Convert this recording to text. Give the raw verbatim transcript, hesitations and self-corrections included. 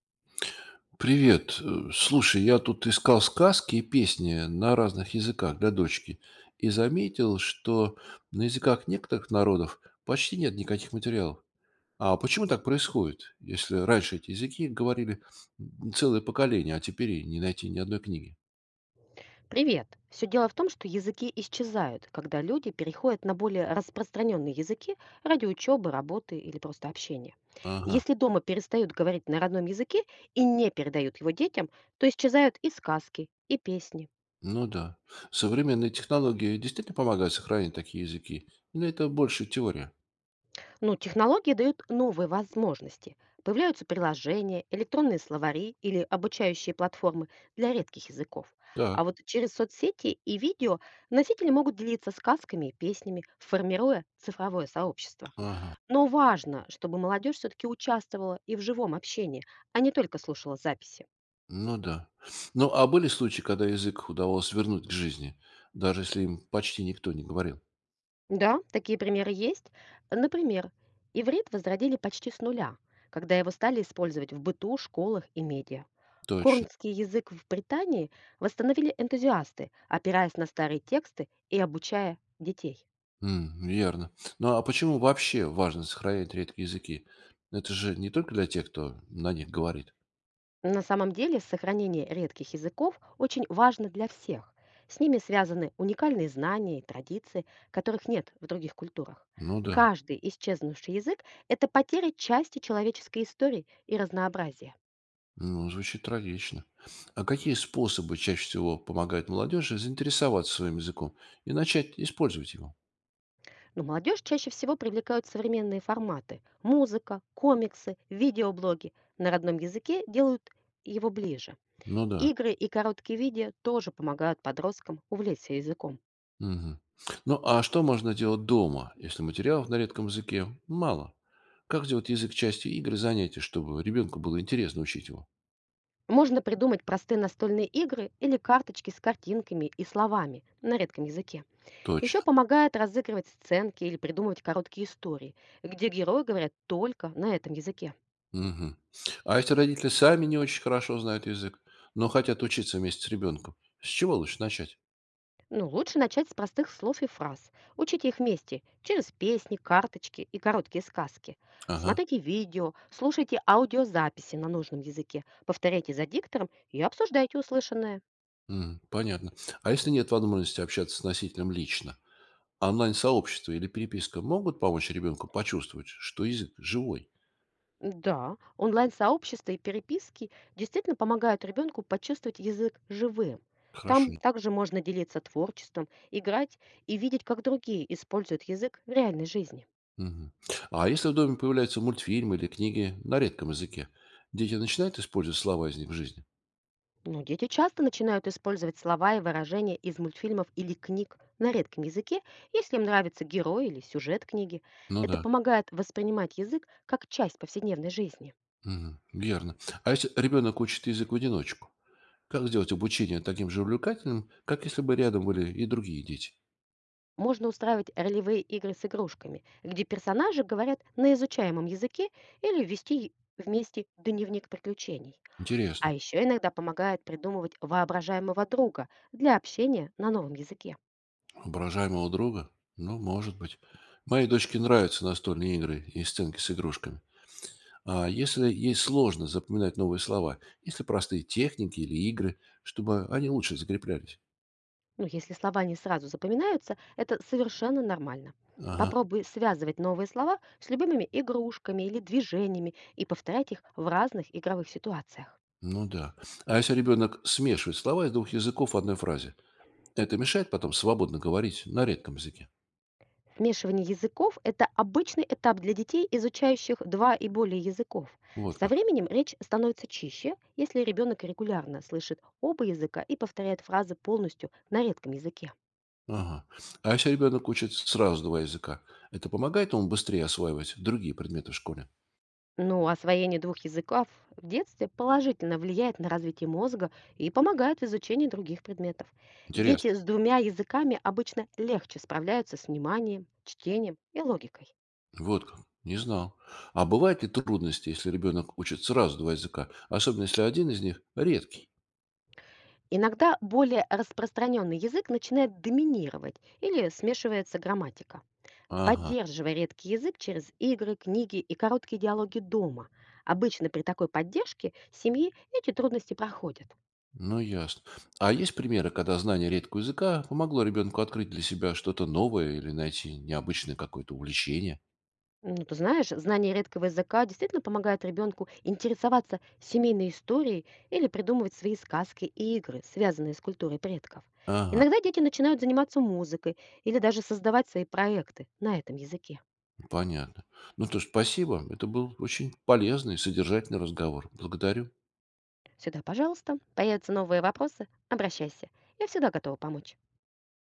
Привет. Э, Слушай, я тут искал сказки и песни на разных языках для дочки и заметил, что на языках некоторых народов почти нет никаких материалов. А почему так происходит, если раньше эти языки говорили м, целое поколение, а теперь и не найти ни одной книги? Привет. Все дело в том, что языки исчезают, когда люди переходят на более распространенные языки ради учебы, работы или просто общения. Ага, Если дома перестают говорить на родном языке и не передают его детям, то исчезают и сказки, и песни. ну да. Современные технологии действительно помогают сохранить такие языки? Или это больше теория? Но технологии дают новые возможности. Появляются приложения, электронные словари или обучающие платформы для редких языков. Так, А вот через соцсети и видео носители могут делиться сказками и песнями, формируя цифровое сообщество. ага. Но важно, чтобы молодежь все-таки участвовала и в живом общении, а не только слушала записи. Ну да. Ну, а были случаи, когда язык удавалось вернуть к жизни, даже если им почти никто не говорил? Да, такие примеры есть. Например, иврит возродили почти с нуля, когда его стали использовать в быту, школах и медиа. Точно. Корнский язык в Британии восстановили энтузиасты, опираясь на старые тексты и обучая детей. М, верно. Ну, а почему вообще важно сохранять редкие языки? Это же не только для тех, кто на них говорит. На самом деле сохранение редких языков очень важно для всех. С ними связаны уникальные знания и традиции, которых нет в других культурах. Ну да. Каждый исчезнувший язык– это потеря части человеческой истории и разнообразия. Ну, звучит трагично. А какие способы чаще всего помогают молодежи заинтересоваться своим языком и начать использовать его? Но молодежь чаще всего привлекают современные форматы– музыка, комиксы, видеоблоги. На родном языке делают его ближе. Ну да. Игры и короткие видео тоже помогают подросткам увлечься языком. Мгм. Ну, а что можно делать дома, если материалов на редком языке мало? Как сделать язык частью игр и занятий, чтобы ребенку было интересно учить его? Можно придумать простые настольные игры или карточки с картинками и словами на редком языке. Еще Точно. помогает разыгрывать сценки или придумывать короткие истории, где герои говорят только на этом языке. Мгм. А если родители сами не очень хорошо знают язык, но хотят учиться вместе с ребенком, с чего лучше начать? Ну, лучше начать с простых слов и фраз. Учите их вместе через песни, карточки и короткие сказки. Ага, Смотрите видео, слушайте аудиозаписи на нужном языке, повторяйте за диктором и обсуждайте услышанное. м, понятно. А если нет возможности общаться с носителем лично, онлайн-сообщество или переписка могут помочь ребенку почувствовать, что язык живой? Да, онлайн-сообщества и переписки действительно помогают ребенку почувствовать язык живым. Там Хорошо. также можно делиться творчеством, играть и видеть, как другие используют язык в реальной жизни. Мгм. А если в доме появляются мультфильмы или книги на редком языке, дети начинают использовать слова из них в жизни? Но дети часто начинают использовать слова и выражения из мультфильмов или книг на редком языке, если им нравится герой или сюжет книги. Ну Это да, помогает воспринимать язык как часть повседневной жизни. мгм, верно. А если ребенок учит язык в одиночку, как сделать обучение таким же увлекательным, как если бы рядом были и другие дети? Можно устраивать ролевые игры с игрушками, где персонажи говорят на изучаемом языке или вести вместе дневник приключений. Интересно. А еще иногда помогает придумывать воображаемого друга для общения на новом языке. Воображаемого друга? Ну, может быть. Моей дочке нравятся настольные игры и сценки с игрушками. А если ей сложно запоминать новые слова, если простые техники или игры, чтобы они лучше закреплялись? Ну, если слова не сразу запоминаются, это совершенно нормально. Ага. Попробуй связывать новые слова с любимыми игрушками или движениями и повторять их в разных игровых ситуациях. Ну да. А если ребенок смешивает слова из двух языков в одной фразе, это мешает потом свободно говорить на редком языке? Смешивание языков– это обычный этап для детей, изучающих два и более языков. Вот Со как. временем речь становится чище, если ребенок регулярно слышит оба языка и повторяет фразы полностью на редком языке. Ага. А если ребенок учит сразу два языка, это помогает ему быстрее осваивать другие предметы в школе? Но освоение двух языков в детстве положительно влияет на развитие мозга и помогает в изучении других предметов. Интересно. Дети с двумя языками обычно легче справляются с вниманием, чтением и логикой. Вот как. Не знал. А бывают ли трудности, если ребенок учит сразу два языка, особенно если один из них редкий? Иногда более распространенный язык начинает доминировать или смешивается грамматика. Ага. Поддерживая редкий язык через игры, книги и короткие диалоги дома. Обычно при такой поддержке семьи эти трудности проходят. Ну, ясно. А есть примеры, когда знание редкого языка помогло ребенку открыть для себя что-то новое или найти необычное какое-то увлечение? Ну, ты знаешь, знание редкого языка действительно помогает ребенку интересоваться семейной историей или придумывать свои сказки и игры, связанные с культурой предков. Ага, Иногда дети начинают заниматься музыкой или даже создавать свои проекты на этом языке. понятно. Ну то ж, спасибо. Это был очень полезный, содержательный разговор. Благодарю. Сюда, пожалуйста. Появятся новые вопросы, обращайся. Я всегда готова помочь.